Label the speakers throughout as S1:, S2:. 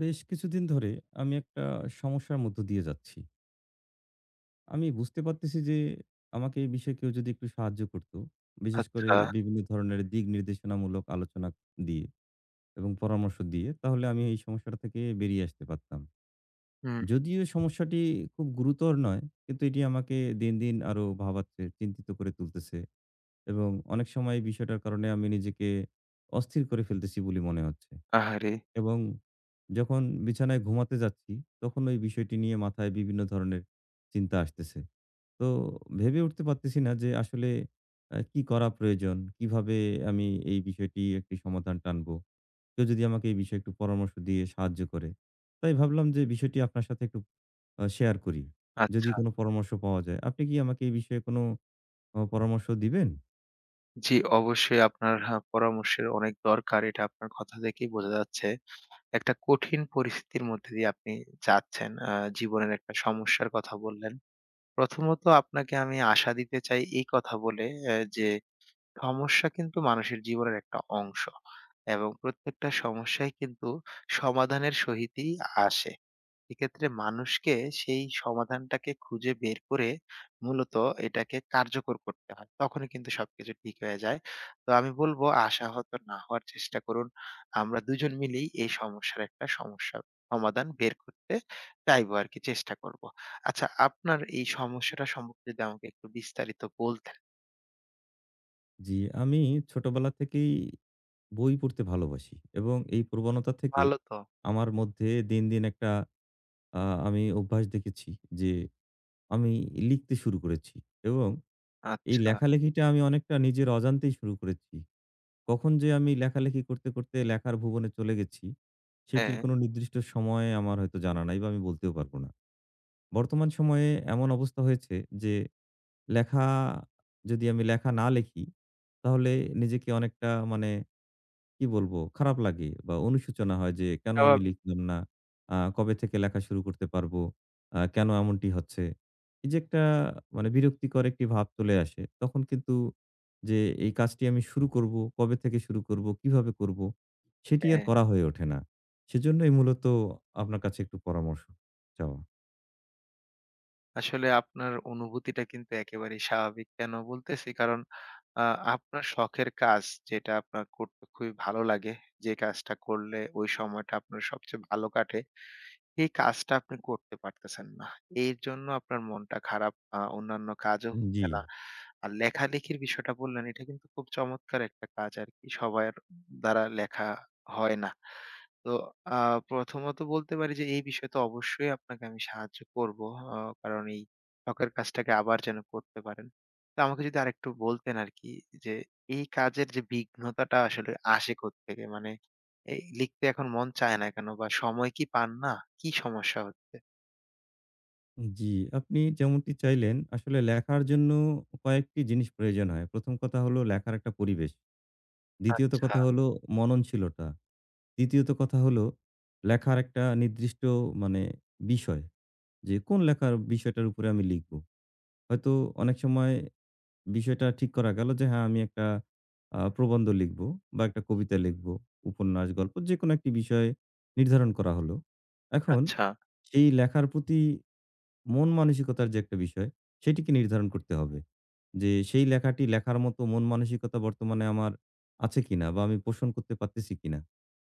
S1: বেশ কিছুদিন ধরে আমি একটা সমস্যার মধ্য দিয়ে যাচ্ছি। আমি বুঝতে পারতেছি যে আমাকে এই বিষয়ে কেউ যদি একটু সাহায্য করত, বিশেষ করে
S2: আচ্ছা।
S1: বিভিন্ন ধরনের দিক নির্দেশনামূলক আলোচনা দিয়ে এবং পরামর্শ দিয়ে তাহলে আমি এই সমস্যাটা থেকে বেরিয়ে আসতে পারতাম।
S2: হুম।
S1: যদিও সমস্যাটি খুব গুরুতর নয়, কিন্তু এটি আমাকে দিন, দিন আরো ভাবাচ্ছে, চিন্তিত করে তুলতেছে এবং অনেক সময় এই বিষয়টার কারণে আমি নিজেকে অস্থির করে ফেলতেছি বলে মনে হচ্ছে।
S2: আহারে!
S1: এবং যখন বিছানায় ঘুমাতে যাচ্ছি, তখন ওই বিষয়টি নিয়ে মাথায় বিভিন্ন ধরনের চিন্তা আসতেছে। তো ভেবে উঠতে পারতেছি না যে আসলে কি করা প্রয়োজন? কিভাবে আমি এই বিষয়টি একটি সমাধান টানবো? কেউ যদি আমাকে এই বিষয়ে একটু পরামর্শ দিয়ে সাহায্য করে। তাই ভাবলাম যে বিষয়টি আপনার সাথে একটু শেয়ার করি। যদি
S2: আচ্ছা।
S1: কোনো পরামর্শ পাওয়া যায়। আপনি কি আমাকে এই বিষয়ে কোনো পরামর্শ দিবেন?
S2: জি, অবশ্যই আপনার পরামর্শের অনেক দরকার। এটা আপনার কথা থেকেই বোঝা যাচ্ছে। একটা কঠিন পরিস্থিতির মধ্যে দিয়ে আপনি যাচ্ছেন। জীবনের একটা সমস্যার কথা বললেন। প্রথমত আপনাকে আমি আশা দিতে চাই এই কথা বলে যে সমস্যা কিন্তু মানুষের জীবনের একটা অংশ এবং প্রত্যেকটা সমস্যাই কিন্তু সমাধানের সহিতই আসে। এক্ষেত্রে মানুষকে সেই সমাধানটাকে খুঁজে বের করে মূলত এটাকে কার্যকর করতে হয়। তখনই কিন্তু সবকিছু ঠিক হয়ে যায়। তো আমি বলব আশাহত না হওয়ার চেষ্টা করুন। আমরা দুজন মিলেই এই সমস্যার একটা সমস্যা সমাধান বের করতে চাইবো আরকি চেষ্টা করব। আচ্ছা আপনার এই সমস্যাটা সম্পর্কে যদি আমাকে একটু বিস্তারিত বলতেন।
S1: জি, আমি ছোটবেলা থেকেই বই পড়তে ভালোবাসি এবং এই প্রবণতা থেকে
S2: ভালো তো।
S1: আমার মধ্যে দিন, দিন একটা আমি অভ্যাস দেখেছি যে আমি লিখতে শুরু করেছি এবং এই
S2: আচ্ছা,
S1: লেখালেখিটা আমি অনেকটা নিজের অজান্তেই শুরু করেছি। কখন যে আমি লেখালেখি করতে, করতে লেখার ভুবনে চলে গেছি, সেটির
S2: হ্যাঁ,
S1: কোনো নির্দিষ্ট সময় আমার হয়তো জানা নাই বা আমি বলতেও পারব না। বর্তমান সময়ে এমন অবস্থা হয়েছে যে লেখা যদি আমি লেখা না লিখি, তাহলে নিজেকে অনেকটা মানে কি বলবো? খারাপ লাগে বা অনুশোচনা হয় যে, "কেন আমি
S2: স্বাভাবিক।
S1: লিখলাম না? কবে থেকে লেখা শুরু করতে পারবো? কেন এমনটি হচ্ছে?" এই যে একটা মানে বিরক্তিকর একটি ভাব চলে আসে। তখন কিন্তু যে এই কাজটি আমি শুরু করবো, কবে থেকে শুরু করবো, কিভাবে করবো? সেটি আর
S2: হ্যাঁ।
S1: করা হয়ে ওঠে না। সেজন্যই মূলত আপনার কাছে একটু পরামর্শ চাওয়া।
S2: আসলে আপনার অনুভূতিটা কিন্তু একেবারেই স্বাভাবিক। কেন বলতেছি? কারণ আ আপনার শখের কাজ যেটা আপনার করতে খুবই ভালো লাগে, যে কাজটা করলে ওই সময়টা আপনার সবচেয়ে ভালো কাটে, এই কাজটা আপনি করতে পারতেছেন না। এর জন্য আপনার মনটা খারাপ, অন্যান্য কাজও
S1: জি,
S2: হচ্ছে না। আর লেখালেখির বিষয়টা বললেন, এটা কিন্তু খুব চমৎকার একটা কাজ আরকি। সবার দ্বারা লেখা হয় না। তো আ প্রথমত বলতে পারি যে এই বিষয়ে তো অবশ্যই আপনাকে আমি সাহায্য করবো। আ কারণ এই শখের কাজটাকে আবার যেন করতে পারেন। তো আমাকে যদি আরেকটু বলতেন আরকি যে এই কাজের যে বিঘ্নতাটা আসলে আসে কোত্থেকে? মানে এই লিখতে এখন মন চায় না কেন বা সময় কি পান না? কি সমস্যা হচ্ছে?
S1: জি। আপনি যেমনটি চাইলেন আসলে লেখার জন্য কয়েকটি জিনিস প্রয়োজন হয়। ১ম কথা হলো লেখার একটা পরিবেশ। দ্বিতীয়ত
S2: আচ্ছা,
S1: কথা হলো মননশীলতা। তৃতীয়ত কথা হলো লেখার একটা নির্দিষ্ট মানে বিষয় যে কোন লেখার বিষয়টার উপরে আমি লিখব। হয়তো অনেক সময় বিষয়টা ঠিক করা গেল যে হ্যাঁ, আমি একটা প্রবন্ধ লিখব বা একটা কবিতা লিখব, উপন্যাস, গল্প যেকোনো একটি বিষয় নির্ধারণ করা হলো। এখন
S2: আচ্ছা।
S1: সেই লেখার প্রতি মন মানসিকতার যে একটা বিষয়, সেটিকে নির্ধারণ করতে হবে। যে সেই লেখাটি লেখার মতো মন মানসিকতা বর্তমানে আমার আছে কিনা বা আমি পোষণ করতে পারতেছি কিনা।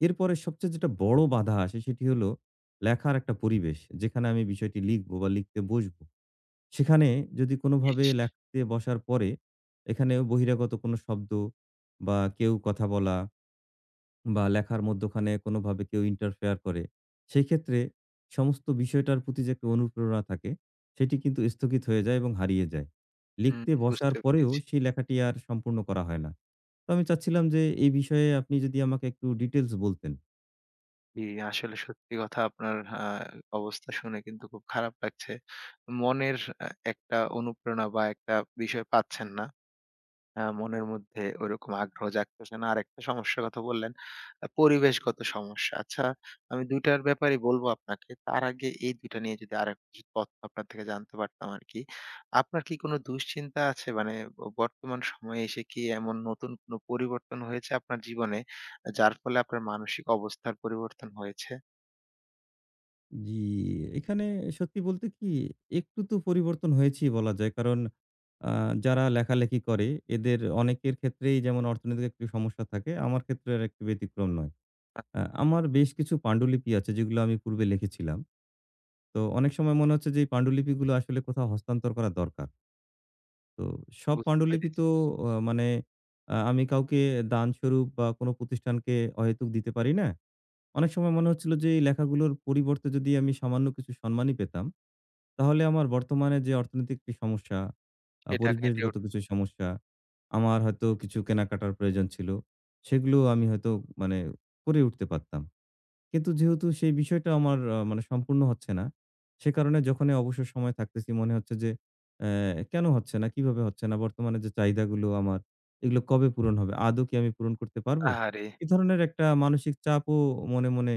S1: এরপরে সবচেয়ে যেটা বড় বাধা আসে সেটি হলো লেখার একটা পরিবেশ। যেখানে আমি বিষয়টি লিখব বা লিখতে বসবো। সেখানে যদি কোনোভাবে
S2: ইস!
S1: লেখতে বসার পরে এখানে বহিরাগত কোনো শব্দ বা কেউ কথা বলা বা লেখার মধ্যখানে কোনোভাবে কেউ ইন্টারফেয়ার করে, সেক্ষেত্রে সমস্ত বিষয়টার প্রতি যে একটা অনুপ্রেরণা থাকে, সেটি কিন্তু স্থগিত হয়ে যায় এবং হারিয়ে যায়।
S2: হুম,
S1: লিখতে বসার
S2: বুঝতে
S1: পরেও
S2: পেরেছি।
S1: সেই লেখাটি আর সম্পূর্ণ করা হয় না। তো আমি চাচ্ছিলাম যে এই বিষয়ে আপনি যদি আমাকে একটু ডিটেইলস বলতেন।
S2: জি, আসলে সত্যি কথা আপনার অবস্থা শুনে কিন্তু খুব খারাপ লাগছে। মনের একটা অনুপ্রেরণা বা একটা বিষয় পাচ্ছেন না। মনের মধ্যে ওইরকম আগ্রহ জাগতেছে না। আরেকটা সমস্যার কথা বললেন, পরিবেশগত সমস্যা। আচ্ছা, আমি ২ টার ব্যাপারে বলব আপনাকে। তার আগে এই ২ টা নিয়ে যদি আরেকটু কিছু তথ্য আপনার থেকে জানতে পারতাম আরকি। আপনার কি কোনো দুশ্চিন্তা আছে? মানে বর্তমান সময়ে এসে কি এমন নতুন কোনো পরিবর্তন হয়েছে আপনার জীবনে, যার ফলে আপনার মানসিক অবস্থার পরিবর্তন হয়েছে?
S1: জি, এখানে সত্যি বলতে কি একটু তো পরিবর্তন হয়েছেই বলা যায়। কারণ আ যারা লেখালেখি করে এদের অনেকের ক্ষেত্রেই যেমন অর্থনৈতিক একটু সমস্যা থাকে, আমার ক্ষেত্রে আর একটু ব্যতিক্রম নয়।
S2: আ
S1: আমার বেশ কিছু পাণ্ডুলিপি আছে যেগুলো আমি পূর্বে লিখেছিলাম। তো অনেক সময় মনে হচ্ছে যে এই পাণ্ডুলিপিগুলো আসলে কোথাও হস্তান্তর করা দরকার। তো সব
S2: বুঝতে
S1: পাণ্ডুলিপি
S2: পেরেছি।
S1: তো অ মানে আ আমি কাউকে দানস্বরূপ বা কোনো প্রতিষ্ঠানকে অহেতুক দিতে পারি না। অনেক সময় মনে হচ্ছিল যে এই লেখাগুলোর পরিবর্তে যদি আমি সামান্য কিছু সম্মানই পেতাম, তাহলে আমার বর্তমানে যে অর্থনৈতিক একটি সমস্যা,
S2: এটা ঘেঁটে ওঠ
S1: পরিবেশগত কিছু সমস্যা, আমার হয়তো কিছু কেনাকাটার প্রয়োজন ছিল। সেগুলো আমি হয়তো মানে করে উঠতে পারতাম। কিন্তু যেহেতু সেই বিষয়টা আমার মানে সম্পূর্ণ হচ্ছে না। সে কারণে যখনই অবসর সময় থাকতেছি মনে হচ্ছে যে কেন হচ্ছে না? কিভাবে হচ্ছে না? বর্তমানে যে চাহিদাগুলো আমার এগুলো কবে পূরণ হবে? আদৌ কি আমি পূরণ করতে পারবো?
S2: আহারে!
S1: এ ধরনের একটা মানসিক চাপও মনে, মনে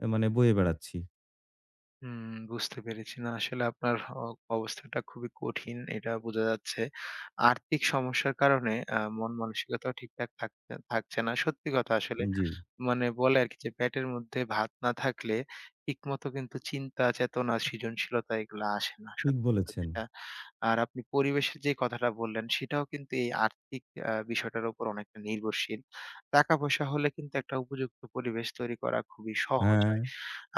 S1: মানে বয়ে বেড়াচ্ছি।
S2: হুম, বুঝতে পেরেছি। না আসলে আপনার অবস্থাটা খুবই কঠিন এটা বোঝা যাচ্ছে। আর্থিক সমস্যার কারণে মন মানসিকতাও ঠিকঠাক থাকতে থাকছে না। সত্যি কথা আসলে
S1: জি।
S2: মানে বলে আরকি যে পেটের মধ্যে ভাত না থাকলে ঠিকমতো কিন্তু চিন্তা, চেতনা, সৃজনশীলতা এগুলা আসে না।
S1: ঠিক
S2: সত্যি কথা
S1: বলেছেন।
S2: যেটা। আর আপনি পরিবেশের যে কথাটা বললেন সেটাও কিন্তু এই আর্থিক বিষয়টার উপর অনেকটা নির্ভরশীল। টাকা-পয়সা হলে কিন্তু একটা উপযুক্ত পরিবেশ তৈরি করা খুবই সহজ
S1: হ্যাঁ,
S2: হয়।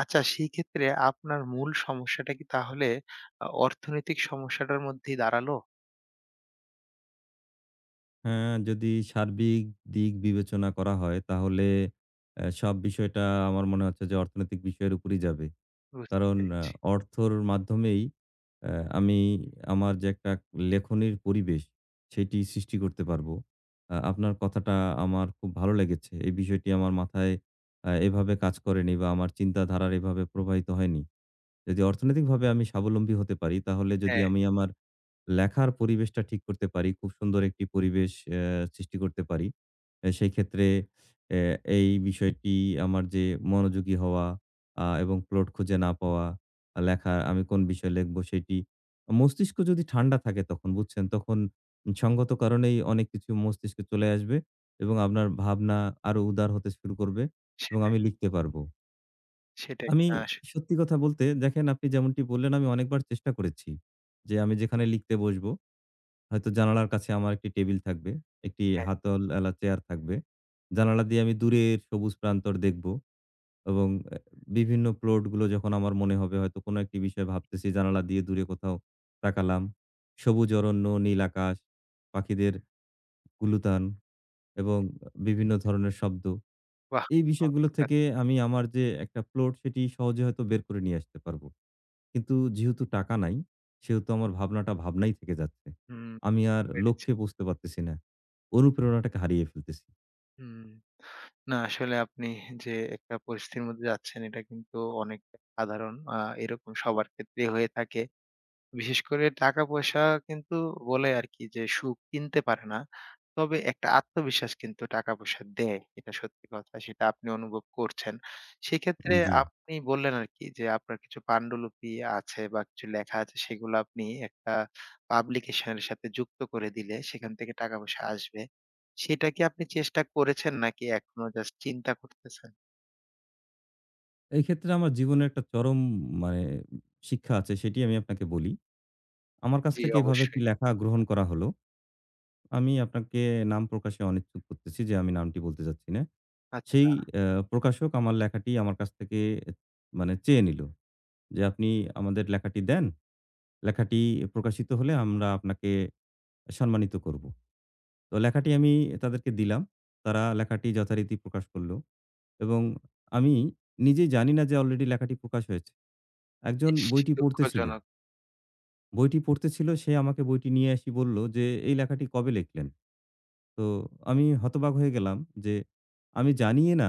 S2: আচ্ছা সেইক্ষেত্রে আপনার মূল সমস্যাটা কি তাহলে অর্থনৈতিক সমস্যাটার মধ্যেই দাঁড়ালো?
S1: হ্যাঁ, যদি সার্বিক দিক বিবেচনা করা হয় তাহলে সব বিষয়টা আমার মনে হচ্ছে যে অর্থনৈতিক বিষয়ের উপরই যাবে।
S2: বুঝতে
S1: কারণ
S2: পেরেছি।
S1: অর্থর মাধ্যমেই আ আমি আমার যে একটা লেখনির পরিবেশ, সেটি সৃষ্টি করতে পারবো। আপনার কথাটা আমার খুব ভালো লেগেছে। এই বিষয়টি আমার মাথায় এভাবে কাজ করেনি বা আমার চিন্তাধারার এভাবে প্রবাহিত হয়নি। যদি অর্থনৈতিকভাবে আমি স্বাবলম্বী হতে পারি, তাহলে যদি
S2: হ্যাঁ,
S1: আমি আমার লেখার পরিবেশটা ঠিক করতে পারি, খুব সুন্দর একটি পরিবেশ সৃষ্টি করতে পারি। সেইক্ষেত্রে এ এই বিষয়টি আমার যে মনোযোগী হওয়া এবং প্লট খুঁজে না পাওয়া, আহ, লেখা আমি কোন বিষয়ে লিখবো সেটি মস্তিষ্ক যদি ঠান্ডা থাকে তখন বুঝছেন? তখন সঙ্গত কারণেই অনেক কিছু মস্তিষ্কে চলে আসবে এবং আপনার ভাবনা আরো উদার হতে শুরু করবে এবং
S2: সেটাই,
S1: আমি লিখতে পারবো।
S2: সেটাই।
S1: আমি
S2: না আস
S1: সত্যি কথা বলতে দেখেন আপনি যেমনটি বললেন আমি অনেকবার চেষ্টা করেছি যে আমি যেখানে লিখতে বসবো হয়তো জানালার কাছে আমার একটি টেবিল থাকবে, একটি
S2: হ্যাঁ,
S1: হাতলওয়ালা চেয়ার থাকবে। জানালা দিয়ে আমি দূরের সবুজ প্রান্তর দেখব এবং বিভিন্ন প্লটগুলো যখন আমার মনে হবে হয়তো কোনো একটি বিষয় ভাবতেছি জানালা দিয়ে দূরে কোথাও তাকালাম। সবুজ অরণ্য, নীল আকাশ, পাখিদের কুলুতান এবং বিভিন্ন ধরনের শব্দ।
S2: বাহ!
S1: এই বিষয়গুলো
S2: চমৎকার।
S1: থেকে আমি আমার যে একটা প্লট সেটি সহজে হয়তো বের করে নিয়ে আসতে পারব। কিন্তু যেহেতু টাকা নাই, সেহেতু আমার ভাবনাটা ভাবনাই থেকে যাচ্ছে।
S2: হুম,
S1: আমি
S2: বুঝতে
S1: আর
S2: পেরেছি।
S1: লক্ষ্যে পৌঁছতে পারতেছি না। অনুপ্রেরণাটাকে হারিয়ে ফেলতেছি।
S2: হুম। না আসলে আপনি যে একটা পরিস্থিতির মধ্যে যাচ্ছেন এটা কিন্তু অনেকটা সাধারণ। এরকম সবার ক্ষেত্রেই হয়ে থাকে। বিশেষ করে টাকা-পয়সা কিন্তু বলে আরকি যে সুখ কিনতে পারে না। তবে একটা আত্মবিশ্বাস কিন্তু টাকা-পয়সা দেয়। এটা সত্যি কথা। সেটা আপনি অনুভব করছেন। সেক্ষেত্রে
S1: জি।
S2: আপনি বললেন আরকি যে আপনার কিছু পান্ডুলিপি আছে বা কিছু লেখা আছে সেগুলো আপনি একটা পাবলিকেশন এর সাথে যুক্ত করে দিলে সেখান থেকে টাকা-পয়সা আসবে। সেটা কি আপনি চেষ্টা করেছেন নাকি এখনো জাস্ট চিন্তা করতেছেন?
S1: এই ক্ষেত্রে আমার জীবনে একটা চরম মানে শিক্ষা আছে সেটি আমি আপনাকে বলি। আমার কাছ
S2: জি,
S1: থেকে এভাবে একটি
S2: অবশ্যই।
S1: লেখা গ্রহণ করা হলো। আমি আপনাকে নাম প্রকাশে অনিচ্ছুক করতেছি যে আমি নামটি বলতে চাচ্ছি না।
S2: আচ্ছা,
S1: সেই অ্যা প্রকাশক আমার লেখাটি আমার কাছ থেকে মানে চেয়ে নিল যে, "আপনি আমাদের লেখাটি দেন। লেখাটি প্রকাশিত হলে আমরা আপনাকে সম্মানিত করব।" তো লেখাটি আমি তাদেরকে দিলাম। তারা লেখাটি যথারীতি প্রকাশ করল এবং আমি নিজেই জানি না যে অলরেডি লেখাটি প্রকাশ হয়েছে। একজন
S2: ইস!
S1: বইটি পড়তেছিল।
S2: দুঃখজনক।
S1: বইটি পড়তেছিল সে আমাকে বইটি নিয়ে এসে বলল যে, "এই লেখাটি কবে লিখলেন?" তো আমি হতবাক হয়ে গেলাম যে আমি জানিই না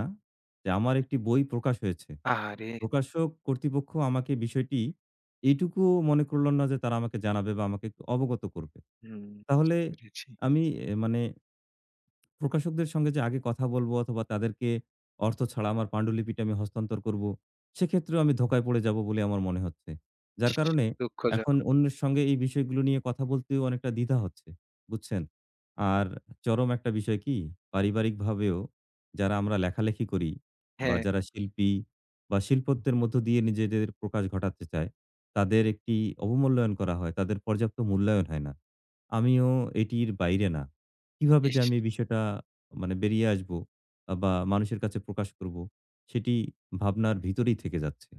S1: যে আমার একটি বই প্রকাশ হয়েছে।
S2: আহারে!
S1: প্রকাশক কর্তৃপক্ষ আমাকে বিষয়টি এইটুকুও মনে করল না যে তারা আমাকে জানাবে বা আমাকে একটু অবগত করবে।
S2: হুম,
S1: তাহলে
S2: বুঝতে পেরেছি।
S1: আমি এ মানে প্রকাশকদের সঙ্গে যে আগে কথা বলবো অথবা তাদেরকে অর্থ ছাড়া আমার পাণ্ডুলিপিটা আমি হস্তান্তর করব, সেক্ষেত্রেও আমি ধোঁকায় পড়ে যাব বলে আমার মনে হচ্ছে। যার
S2: ইস!
S1: কারণে এখন
S2: দুঃখজনক।
S1: অন্যের সঙ্গে এই বিষয়গুলো নিয়ে কথা বলতেও অনেকটা দ্বিধা হচ্ছে, বুঝছেন? আর চরম একটা বিষয় কি, পারিবারিকভাবেও যারা আমরা লেখালেখি করি বা
S2: হ্যাঁ,
S1: যারা শিল্পী বা শিল্পত্বের মধ্য দিয়ে নিজেদের প্রকাশ ঘটাতে চায়, তাদের একটি অবমূল্যায়ন করা হয়, তাদের পর্যাপ্ত মূল্যায়ন হয় না। আমিও এটির বাইরে না। কিভাবে যে
S2: ইস!
S1: আমি এই বিষয়টা মানে বেরিয়ে আসবো বা মানুষের কাছে প্রকাশ করব, সেটি ভাবনার ভিতরেই থেকে যাচ্ছে।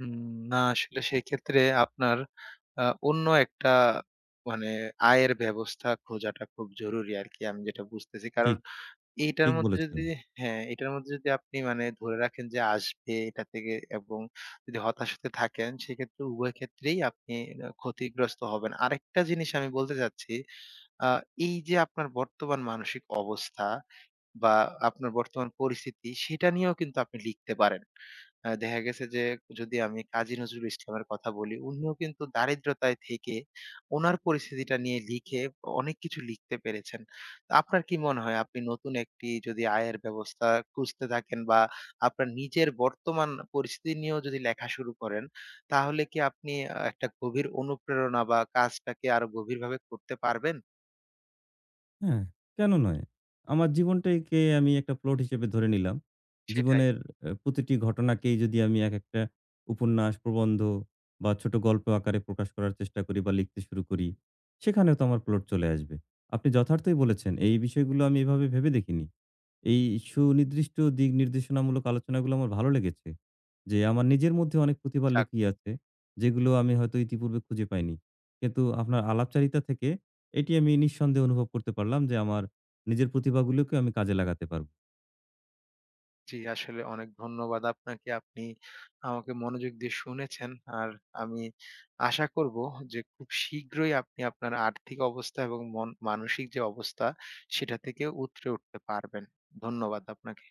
S2: উম না আসলে সেক্ষেত্রে আপনার আ অন্য একটা মানে আয়ের ব্যবস্থা খোঁজাটা খুব জরুরি আরকি আমি যেটা বুঝতেছি। কারণ
S1: ঠিক,
S2: এইটার
S1: ঠিক
S2: মধ্যে
S1: বলেছেন।
S2: যদি হ্যাঁ, এটার মধ্যে যদি আপনি মানে ধরে রাখেন যে আসবে এটা থেকে এবং যদি হতাশ হতে থাকেন সেক্ষেত্রে উভয় ক্ষেত্রেই আপনি ক্ষতিগ্রস্ত হবেন। আরেকটা জিনিস আমি বলতে চাচ্ছি, আ এই যে আপনার বর্তমান মানসিক অবস্থা বা আপনার বর্তমান পরিস্থিতি সেটা নিয়েও কিন্তু আপনি লিখতে পারেন। দেখা গেছে যে যদি আমি কাজী নজরুল ইসলামের কথা বলি, উনিও কিন্তু দারিদ্রতায় থেকে উনার পরিস্থিতিটা নিয়ে লিখে অনেক কিছু লিখতে পেরেছেন। তো আপনার কি মনে হয় আপনি নতুন একটি যদি আয়ের ব্যবস্থা খুঁজতে থাকেন বা আপনার নিজের বর্তমান পরিস্থিতি নিয়েও যদি লেখা শুরু করেন, তাহলে কি আপনি একটা গভীর অনুপ্রেরণা বা কাজটাকে আরো গভীরভাবে করতে পারবেন?
S1: হ্যাঁ, কেন নয়? আমার জীবনটাকে আমি একটা প্লট হিসেবে ধরে নিলাম।
S2: সেটাই।
S1: জীবনের প্রতিটি ঘটনাকেই যদি আমি এক একটা উপন্যাস, প্রবন্ধ বা ছোট গল্প আকারে প্রকাশ করার চেষ্টা করি বা লিখতে শুরু করি, সেখানেও তো আমার প্লট চলে আসবে। আপনি যথার্থই বলেছেন। এই বিষয়গুলো আমি এভাবে ভেবে দেখিনি। এই সুনির্দিষ্ট দিক নির্দেশনামূলক আলোচনাগুলো আমার ভালো লেগেছে। যে আমার নিজের মধ্যে অনেক প্রতিভা লুকিয়ে আছে, যেগুলো আমি হয়তো ইতিপূর্বে খুঁজে পাইনি। কিন্তু আপনার আলাপচারিতা থেকে এটি আমি নিঃসন্দেহে অনুভব করতে পারলাম যে, আমার নিজের প্রতিভাগুলোকে আমি কাজে লাগাতে পারব।
S2: জি, আসলে অনেক ধন্যবাদ আপনাকে। আপনি আমাকে মনোযোগ দিয়ে শুনেছেন। আর আমি আশা করব যে খুব শীঘ্রই আপনি আপনার আর্থিক অবস্থা এবং মন মানসিক যে অবস্থা সেটা থেকে উতরে উঠতে পারবেন। ধন্যবাদ আপনাকে।